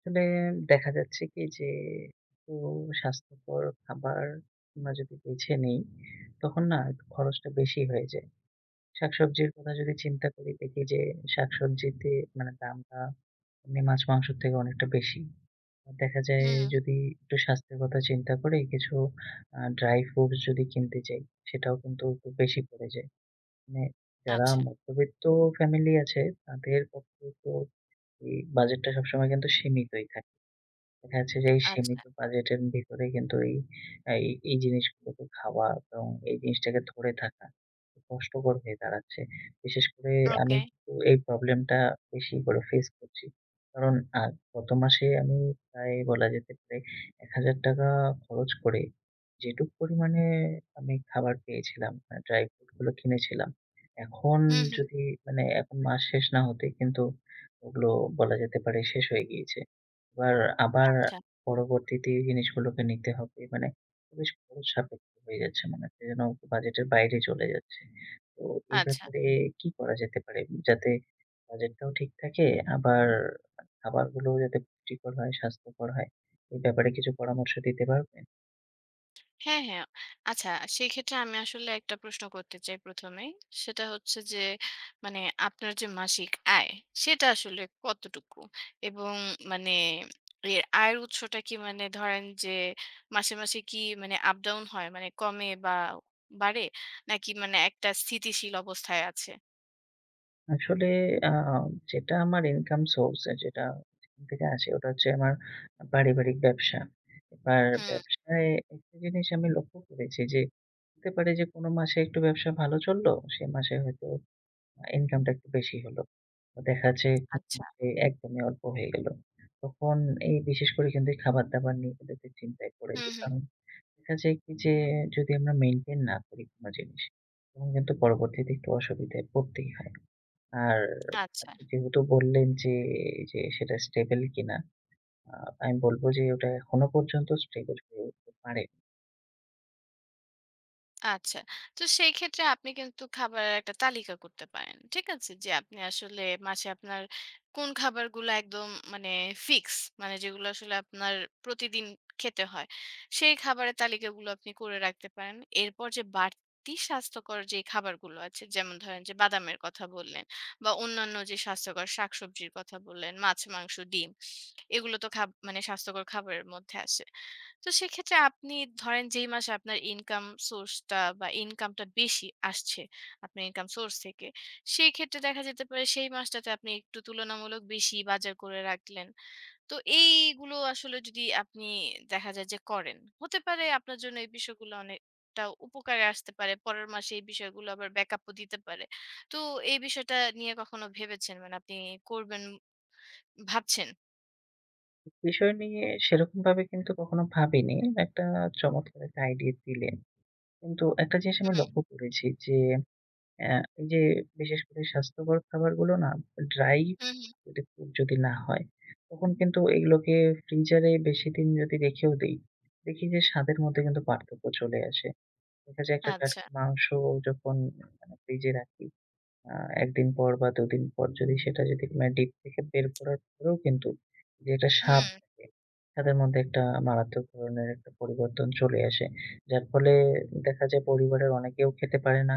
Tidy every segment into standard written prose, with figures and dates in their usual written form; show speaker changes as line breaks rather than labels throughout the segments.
আসলে দেখা যাচ্ছে কি যে, একটু স্বাস্থ্যকর খাবার আমরা যদি বেছে নেই, তখন না একটু খরচটা বেশি হয়ে যায়। শাকসবজির কথা যদি চিন্তা করি দেখি যে, শাকসবজিতে মানে দামটা এমনি মাছ মাংসের থেকে অনেকটা বেশি। আর দেখা যায়
হুম,
যদি একটু স্বাস্থ্যের কথা চিন্তা করে কিছু ড্রাই ফ্রুটস যদি কিনতে চাই, সেটাও কিন্তু একটু বেশি পড়ে যায়। মানে যারা
আচ্ছা,
মধ্যবিত্ত ফ্যামিলি আছে তাদের পক্ষে তো এই বাজেটটা সবসময় কিন্তু সীমিতই থাকে। দেখা যাচ্ছে যে এই সীমিত
আচ্ছা,
বাজেটের ভিতরে কিন্তু এই এই এই জিনিসগুলোকে খাওয়া এবং এই জিনিসটাকে ধরে থাকা কষ্টকর হয়ে দাঁড়াচ্ছে। বিশেষ করে আমি
ওকে।
কিন্তু এই প্রবলেমটা বেশি করে ফেস করছি। কারণ আ গত মাসে আমি প্রায় বলা যেতে পারে ৳১,০০০ খরচ করে যেটুক পরিমাণে আমি খাবার পেয়েছিলাম, ড্রাই ফ্রুট গুলো কিনেছিলাম। এখন
হুম, হুম,
যদি মানে এখন মাস শেষ না হতেই কিন্তু ওগুলো বলা যেতে পারে শেষ হয়ে গিয়েছে। এবার আবার
আচ্ছা,
পরবর্তীতে এই জিনিসগুলোকে নিতে হবে। মানে বেশ খরচ সাপেক্ষ হয়ে যাচ্ছে মনে হচ্ছে যেন বাজেটের বাইরে চলে যাচ্ছে। তো এই
আচ্ছা।
ব্যাপারে কি করা যেতে পারে? যাতে বাজেটটাও ঠিক থাকে আবার খাবারগুলোও যাতে পুষ্টিকর হয়, স্বাস্থ্যকর হয়। এই ব্যাপারে কিছু পরামর্শ দিতে পারবেন?
হ্যাঁ, হ্যাঁ। আচ্ছা, সেক্ষেত্রে আমি আসলে একটা প্রশ্ন করতে চাই ১ম এই। সেটা হচ্ছে যে মানে আপনার যে মাসিক আয়, সেটা আসলে কতটুকু? এবং মানে এর আয়ের উৎসটা কি, মানে ধরেন যে মাসে, মাসে কি মানে আপ ডাউন হয়? মানে কমে বা বাড়ে? নাকি মানে একটা স্থিতিশীল অবস্থায় আছে?
আসলে আ যেটা আমার ইনকাম সোর্স যেটা যেখান থেকে আসে ওটা হচ্ছে আমার পারিবারিক ব্যবসা। এবার
হুম,
ব্যবসায় একটা জিনিস আমি লক্ষ্য করেছি যে, হতে পারে যে কোনো মাসে একটু ব্যবসা ভালো চললো, সে মাসে হয়তো ইনকামটা একটু বেশি হলো। তো দেখা যাচ্ছে
আচ্ছা।
যে একদমই অল্প হয়ে গেল। তখন এই বিশেষ করে কিন্তু এই খাবার-দাবার নিয়ে কিন্তু একটু চিন্তায় পড়ে
হুম,
যাই।
হুম,
কারণ দেখা যায় কি যে যদি আমরা মেইনটেইন না করি কোনো জিনিস তখন কিন্তু পরবর্তীতে একটু অসুবিধায় পড়তেই হয়। আর
আচ্ছা।
আপনি যেহেতু বললেন যে, এই যে সেটা স্টেবল কিনা, আ আমি বলব যে ওটা এখনো পর্যন্ত স্টেবল হয়ে উঠতে পারেনি।
আচ্ছা। তো সেই ক্ষেত্রে আপনি কিন্তু খাবারের একটা তালিকা করতে পারেন। ঠিক আছে? যে আপনি আসলে মাসে আপনার কোন খাবারগুলো একদম মানে ফিক্স, মানে যেগুলো আসলে আপনার প্রতিদিন খেতে হয়। সেই খাবারের তালিকাগুলো আপনি করে রাখতে পারেন। এরপর যে বাড়তি স্বাস্থ্যকর যে খাবারগুলো আছে যেমন ধরেন যে বাদামের কথা বললেন বা অন্যান্য যে স্বাস্থ্যকর শাকসবজির কথা বললেন, মাছ, মাংস, ডিম। এগুলো তো খাব মানে স্বাস্থ্যকর খাবারের মধ্যে আসে। তো সেক্ষেত্রে আপনি ধরেন যেই মাসে আপনার ইনকাম সোর্সটা বা ইনকামটা বেশি আসছে আপনার ইনকাম সোর্স থেকে, সেই ক্ষেত্রে দেখা যেতে পারে সেই মাসটাতে আপনি একটু তুলনামূলক বেশি বাজার করে রাখলেন। তো এইগুলো আসলে যদি আপনি দেখা যায় যে করেন, হতে পারে আপনার জন্য এই বিষয়গুলো অনেকটা উপকারে আসতে পারে। পরের মাসে এই বিষয়গুলো আবার ব্যাকআপও দিতে পারে। তো এই বিষয়টা নিয়ে কখনো ভেবেছেন? মানে আপনি করবেন ভাবছেন?
বিষয় নিয়ে সেরকমভাবে কিন্তু কখনো ভাবিনি। একটা চমৎকার একটা আইডিয়া দিলেন। কিন্তু একটা জিনিস আমি
হুম,
লক্ষ্য করেছি যে, অ্যা এই যে বিশেষ করে স্বাস্থ্যকর খাবারগুলো না ড্রাই
হুম, হুম।
যদি খুব যদি না হয়, তখন কিন্তু এগুলোকে ফ্রিজারে বেশিদিন যদি রেখেও দেই, দেখি যে স্বাদের মধ্যে কিন্তু পার্থক্য চলে আসে। দেখা যায় একটা
আচ্ছা।
টাটকা মাংস যখন মানে ফ্রিজে রাখি আ ১ দিন পর বা ২ দিন পর যদি সেটা যদি মানে ডিপ থেকে বের করার পরেও কিন্তু যে একটা
হুম,
স্বাদ থাকে, স্বাদের মধ্যে একটা মারাত্মক ধরনের একটা পরিবর্তন চলে আসে। যার ফলে দেখা যায় পরিবারের অনেকেও খেতে পারে না।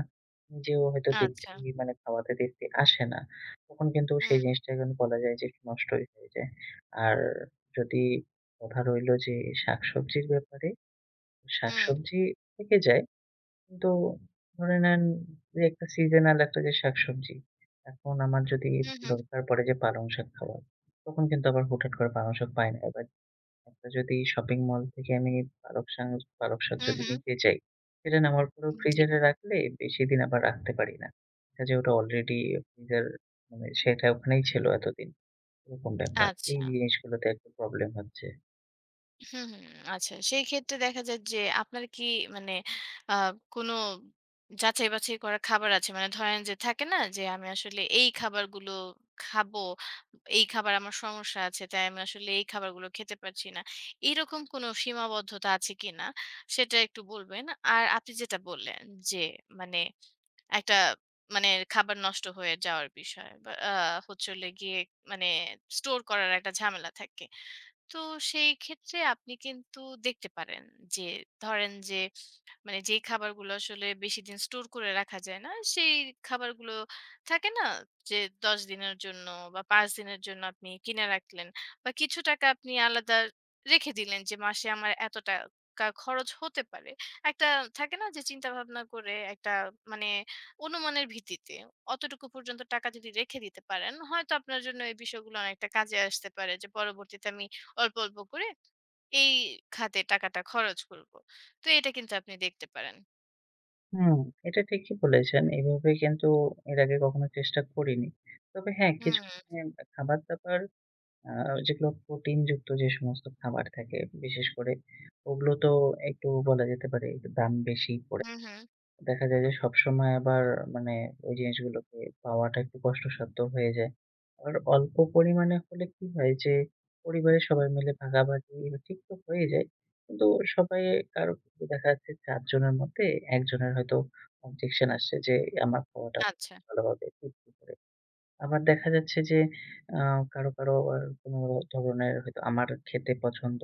নিজেও হয়তো তৃপ্তি
আচ্ছা।
মানে খাওয়াতে তৃপ্তি আসে না। তখন কিন্তু
হুম,
সেই জিনিসটা এখন বলা যায় যে নষ্টই হয়ে যায়। আর যদি কথা রইলো যে শাকসবজির ব্যাপারে,
হুম,
শাকসবজি থেকে যায়। কিন্তু ধরে নেন যে একটা সিজনাল একটা যে শাকসবজি, এখন আমার যদি
হুম, হুম,
দরকার পড়ে যে পালং শাক খাওয়ার, তখন কিন্তু আবার হুটহাট করে পালং শাক পাই না। এবার একটা যদি শপিং মল থেকে আমি পালক শাক পালক শাক
হুম,
যদি
হুম,
নিতে যাই, সেটা নেওয়ার পরেও
জি।
ফ্রিজারে রাখলে বেশিদিন আবার রাখতে পারি না। দেখা যায় ওটা অলরেডি ফ্রিজার মানে সেটা ওখানেই ছিল এতদিন, এরকম ব্যাপার।
আচ্ছা।
এই জিনিসগুলোতে একটু প্রবলেম হচ্ছে।
হুম, হুম, আচ্ছা। সেই ক্ষেত্রে দেখা যায় যে আপনার কি মানে আ কোনো যাচাই-বাছাই করা খাবার আছে? মানে ধরেন যে থাকে না যে আমি আসলে এই খাবারগুলো খাবো, এই খাবার আমার সমস্যা আছে, তাই আমি আসলে এই খাবারগুলো খেতে পারছি না। এরকম কোনো সীমাবদ্ধতা আছে কিনা সেটা একটু বলবেন। আর আপনি যেটা বললেন যে মানে একটা মানে খাবার নষ্ট হয়ে যাওয়ার বিষয় বা হচ্ছে হলো গিয়ে মানে স্টোর করার একটা ঝামেলা থাকে। তো সেই ক্ষেত্রে আপনি কিন্তু দেখতে পারেন যে ধরেন যে মানে যেই খাবারগুলো আসলে বেশিদিন স্টোর করে রাখা যায় না, সেই খাবারগুলো থাকে না? যে ১০ দিনের জন্য বা ৫ দিনের জন্য আপনি কিনে রাখলেন বা কিছু টাকা আপনি আলাদা রেখে দিলেন যে, মাসে আমার এত টাকা খরচ হতে পারে। একটা থাকে না? যে চিন্তাভাবনা করে একটা মানে অনুমানের ভিত্তিতে অতটুকু পর্যন্ত টাকা যদি রেখে দিতে পারেন, হয়তো আপনার জন্য এই বিষয়গুলো অনেকটা কাজে আসতে পারে যে পরবর্তীতে আমি অল্প, অল্প করে এই খাতে টাকাটা খরচ করব। তো এটা কিন্তু আপনি দেখতে পারেন।
হুম, এটা ঠিকই বলেছেন। এভাবে কিন্তু এর আগে কখনো চেষ্টা করিনি। তবে হ্যাঁ, কিছু
হুম,
মানে খাবার-দাবার আ যেগুলো প্রোটিনযুক্ত যে সমস্ত খাবার থাকে, বিশেষ করে ওগুলো তো একটু বলা যেতে পারে একটু দাম বেশি পড়ে
হুম, হুম।
দেখা যায় যে সবসময় আবার মানে ওই জিনিসগুলোকে পাওয়াটা একটু কষ্টসাধ্য হয়ে যায়। আবার অল্প পরিমাণে হলে কি হয় যে পরিবারের সবাই মিলে ভাগাভাগি ঠিক তো হয়ে যায়। কিন্তু সবাই কারো ক্ষেত্রে দেখা যাচ্ছে ৪ জনের মধ্যে ১ জনের হয়তো objection আসছে যে আমার খাওয়াটা
আচ্ছা।
ভালোভাবে তৃপ্তি করে। আবার দেখা যাচ্ছে যে আ কারো, কারো আবার কোনো ধরনের হয়তো আমার খেতে পছন্দ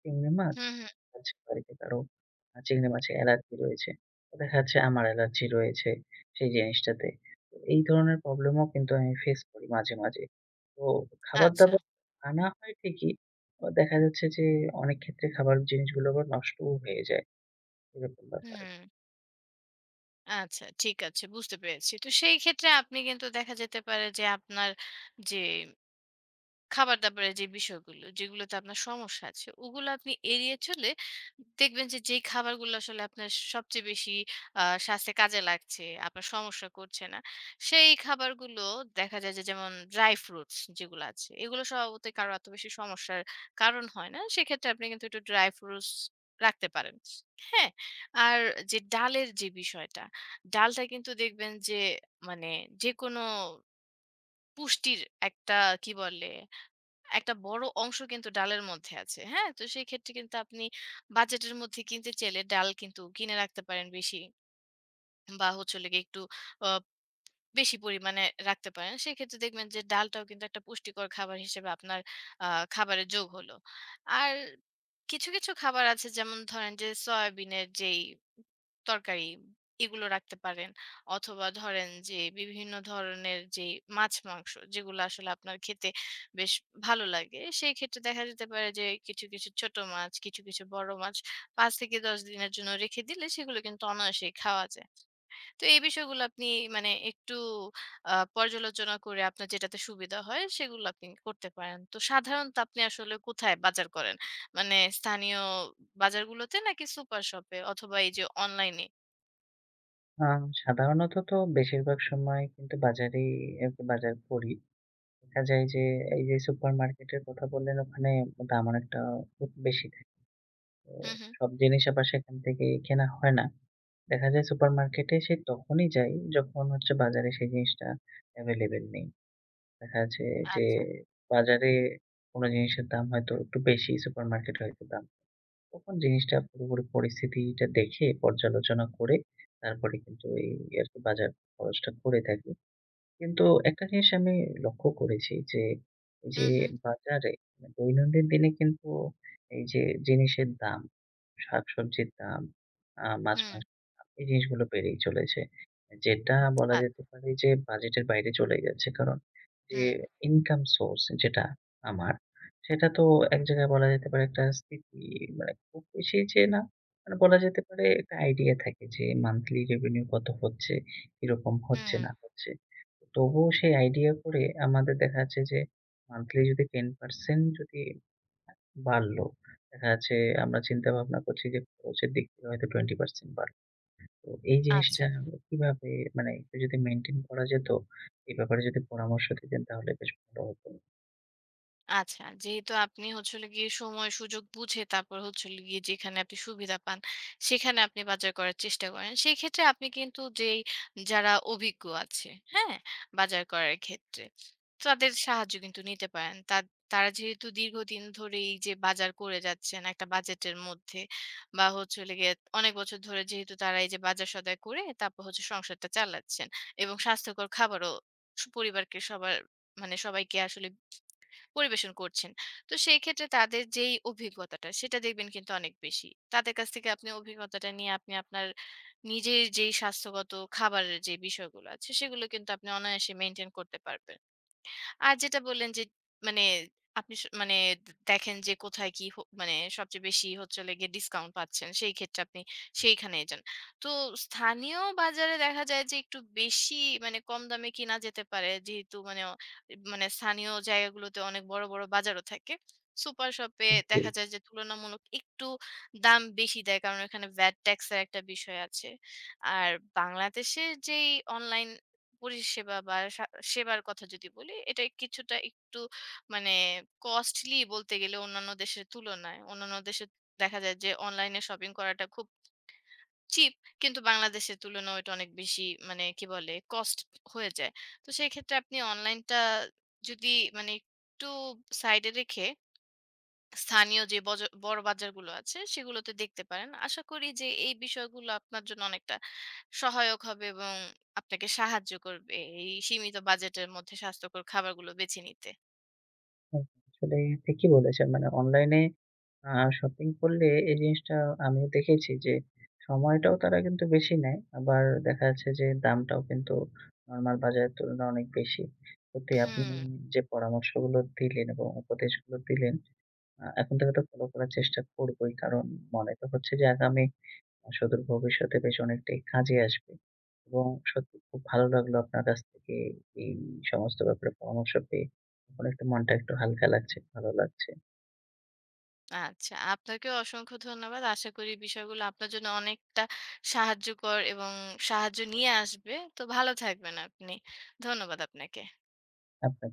চিংড়ি মাছ
হুম, হুম।
আচ্ছা বাড়িতে কারো চিংড়ি মাছে অ্যালার্জি রয়েছে। তো দেখা যাচ্ছে আমার অ্যালার্জি রয়েছে সেই জিনিসটাতে। তো এই ধরনের প্রবলেম ও কিন্তু আমি ফেস করি মাঝে, মাঝে। তো
আচ্ছা।
খাবার-দাবার আনা হয় ঠিকই। দেখা যাচ্ছে যে অনেক ক্ষেত্রে খাবার জিনিসগুলো আবার নষ্টও হয়ে যায়। এরকম ব্যাপার।
হুম। আচ্ছা, ঠিক আছে, বুঝতে পেরেছি। তো সেই ক্ষেত্রে আপনি কিন্তু দেখা যেতে পারে যে আপনার যে খাবার-দাবারের যে বিষয়গুলো, যেগুলোতে আপনার সমস্যা আছে, ওগুলো আপনি এড়িয়ে চলে দেখবেন যে, যেই খাবারগুলো আসলে আপনার সবচেয়ে বেশি স্বাস্থ্যে কাজে লাগছে, আপনার সমস্যা করছে না, সেই খাবারগুলো দেখা যায় যে যেমন ড্রাই ফ্রুটস যেগুলো আছে, এগুলো স্বভাবতই কারো এত বেশি সমস্যার কারণ হয় না। সেক্ষেত্রে আপনি কিন্তু একটু ড্রাই ফ্রুটস রাখতে পারেন। হ্যাঁ? আর যে ডালের যে বিষয়টা, ডালটা কিন্তু দেখবেন যে মানে যেকোনো পুষ্টির একটা কি বলে একটা বড় অংশ কিন্তু ডালের মধ্যে আছে। হ্যাঁ? তো সেই ক্ষেত্রে কিন্তু আপনি বাজেটের মধ্যে কিনতে চাইলে ডাল কিন্তু কিনে রাখতে পারেন বেশি বা হচ্ছে হলো গিয়ে একটু অ বেশি পরিমাণে রাখতে পারেন। সেক্ষেত্রে দেখবেন যে ডালটাও কিন্তু একটা পুষ্টিকর খাবার হিসেবে আপনার আ খাবারে যোগ হলো। আর কিছু, কিছু খাবার আছে যেমন ধরেন যে সয়াবিনের যেই তরকারি এগুলো রাখতে পারেন। অথবা ধরেন যে বিভিন্ন ধরনের যে মাছ-মাংস যেগুলো আসলে আপনার খেতে বেশ ভালো লাগে, সেই ক্ষেত্রে দেখা যেতে পারে যে কিছু, কিছু ছোট মাছ, কিছু, কিছু বড় মাছ ৫ থেকে ১০ দিনের জন্য রেখে দিলে সেগুলো কিন্তু অনায়াসেই খাওয়া যায়। তো এই বিষয়গুলো আপনি মানে একটু পর্যালোচনা করে আপনার যেটাতে সুবিধা হয় সেগুলো আপনি করতে পারেন। তো সাধারণত আপনি আসলে কোথায় বাজার করেন? মানে স্থানীয় বাজারগুলোতে নাকি সুপার শপে অথবা এই যে অনলাইনে?
সাধারণত তো বেশিরভাগ সময় কিন্তু বাজারেই আরকি বাজার করি। দেখা যায় যে এই যে সুপারমার্কেটের কথা বললেন ওখানে দাম অনেকটা খুব বেশি থাকে। তো
হুম, হুম।
সব জিনিস আবার সেখান থেকে কেনা হয় না। দেখা যায় সুপারমার্কেটে সে তখনই যাই যখন হচ্ছে বাজারে সেই জিনিসটা এভেইলেবল নেই। দেখা যাচ্ছে যে
আচ্ছা।
বাজারে কোনো জিনিসের দাম হয়তো একটু বেশি, সুপারমার্কেটে হয়তো দাম। তখন জিনিসটা পুরোপুরি পরিস্থিতিটা দেখে পর্যালোচনা করে তারপরে কিন্তু এই আরকি বাজার খরচটা করে থাকি। কিন্তু একটা জিনিস আমি লক্ষ্য করেছি যে, এই যে
হুম, হুম।
বাজারে মানে দৈনন্দিন দিনে কিন্তু এই যে জিনিসের দাম, শাকসবজির দাম,
হুম।
মাছ-মাংসের দাম এই জিনিসগুলো বেড়েই চলেছে। যেটা বলা যেতে
আচ্ছা।
পারে যে বাজেটের বাইরে চলে যাচ্ছে। কারণ যে
হুম,
ইনকাম সোর্স যেটা আমার, সেটা তো এক জায়গায় বলা যেতে পারে একটা স্থিতি মানে খুব বেশি যে না, মানে বলা যেতে পারে একটা আইডিয়া থাকে যে মান্থলি রেভিনিউ কত হচ্ছে, কিরকম হচ্ছে
হুম।
না হচ্ছে। তবুও সেই আইডিয়া করে আমাদের দেখা যাচ্ছে যে মান্থলি যদি ১০% যদি বাড়লো, দেখা যাচ্ছে আমরা চিন্তা ভাবনা করছি যে খরচের দিক থেকে হয়তো ২০% বাড়লো। তো এই
আচ্ছা।
জিনিসটা কিভাবে মানে একটু যদি মেইনটেইন করা যেত, এই ব্যাপারে যদি পরামর্শ দিতেন তাহলে বেশ ভালো হতো।
আচ্ছা, যেহেতু আপনি হচ্ছে হলো গিয়ে সময় সুযোগ বুঝে তারপর হচ্ছে হলো গিয়ে যেখানে আপনি সুবিধা পান, সেখানে আপনি বাজার করার চেষ্টা করেন। সেক্ষেত্রে আপনি কিন্তু যেই যারা অভিজ্ঞ আছে, হ্যাঁ? বাজার করার ক্ষেত্রে, তাদের সাহায্য কিন্তু নিতে পারেন। তা তারা যেহেতু দীর্ঘদিন ধরে এই যে বাজার করে যাচ্ছেন একটা বাজেটের মধ্যে বা হচ্ছে হলো গিয়ে অনেক বছর ধরে যেহেতু তারা এই যে বাজার সদাই করে তারপর হচ্ছে সংসারটা চালাচ্ছেন এবং স্বাস্থ্যকর খাবারও পরিবারকে সবার মানে সবাইকে আসলে পরিবেশন করছেন। তো সেই ক্ষেত্রে তাদের যেই অভিজ্ঞতাটা সেটা দেখবেন কিন্তু অনেক বেশি। তাদের কাছ থেকে আপনি অভিজ্ঞতাটা নিয়ে আপনি আপনার নিজের যেই স্বাস্থ্যগত খাবারের যে বিষয়গুলো আছে সেগুলো কিন্তু আপনি অনায়াসে মেইনটেইন করতে পারবেন। আর যেটা বললেন যে মানে আপনি মানে দেখেন যে কোথায় কি মানে সবচেয়ে বেশি হচ্ছে হলো গিয়ে ডিসকাউন্ট পাচ্ছেন। সেই ক্ষেত্রে আপনি সেইখানেই যান। তো স্থানীয় বাজারে দেখা যায় যে একটু বেশি মানে কম দামে কিনা যেতে পারে। যেহেতু মানে মানে স্থানীয় জায়গাগুলোতে অনেক বড়, বড় বাজারও থাকে। সুপার শপে দেখা
জি,
যায় যে তুলনামূলক একটু দাম বেশি দেয়। কারণ এখানে ভ্যাট ট্যাক্সের একটা বিষয় আছে। আর বাংলাদেশের যেই অনলাইন পরিষেবা বা সেবার কথা যদি বলি, এটা কিছুটা একটু মানে কস্টলি বলতে গেলে অন্যান্য দেশের তুলনায়। অন্যান্য দেশে দেখা যায় যে অনলাইনে শপিং করাটা খুব চিপ। কিন্তু বাংলাদেশের তুলনায় ওইটা অনেক বেশি মানে কি বলে কস্ট হয়ে যায়। তো সেক্ষেত্রে আপনি অনলাইনটা যদি মানে একটু সাইডে রেখে স্থানীয় যে বড় বাজারগুলো আছে সেগুলোতে দেখতে পারেন। আশা করি যে এই বিষয়গুলো আপনার জন্য অনেকটা সহায়ক হবে এবং আপনাকে সাহায্য করবে এই সীমিত বাজেটের মধ্যে স্বাস্থ্যকর খাবারগুলো বেছে নিতে।
হ্যাঁ, আসলে ঠিকই বলেছেন। মানে অনলাইনে আ শপিং করলে এই জিনিসটা আমিও দেখেছি যে, সময়টাও তারা কিন্তু বেশি নেয়। আবার দেখা যাচ্ছে যে, দামটাও কিন্তু নরমাল বাজারের তুলনায় অনেক বেশি। সত্যি আপনি
হুম,
যে পরামর্শগুলো দিলেন এবং উপদেশগুলো দিলেন, এখন থেকে তো ফলো করার চেষ্টা করবোই। কারণ মনে তো হচ্ছে যে, আগামী সুদূর ভবিষ্যতে বেশ অনেকটাই কাজে আসবে। এবং সত্যি খুব ভালো লাগলো আপনার কাছ থেকে এই সমস্ত ব্যাপারে পরামর্শ পেয়ে। এখন একটু মনটা একটু হালকা লাগছে, ভালো লাগছে।
আচ্ছা। আপনাকেও অসংখ্য ধন্যবাদ। আশা করি বিষয়গুলো আপনার জন্য অনেকটা সাহায্যকর এবং সাহায্য নিয়ে আসবে। তো ভালো থাকবেন আপনি। ধন্যবাদ আপনাকে।
আপনাকে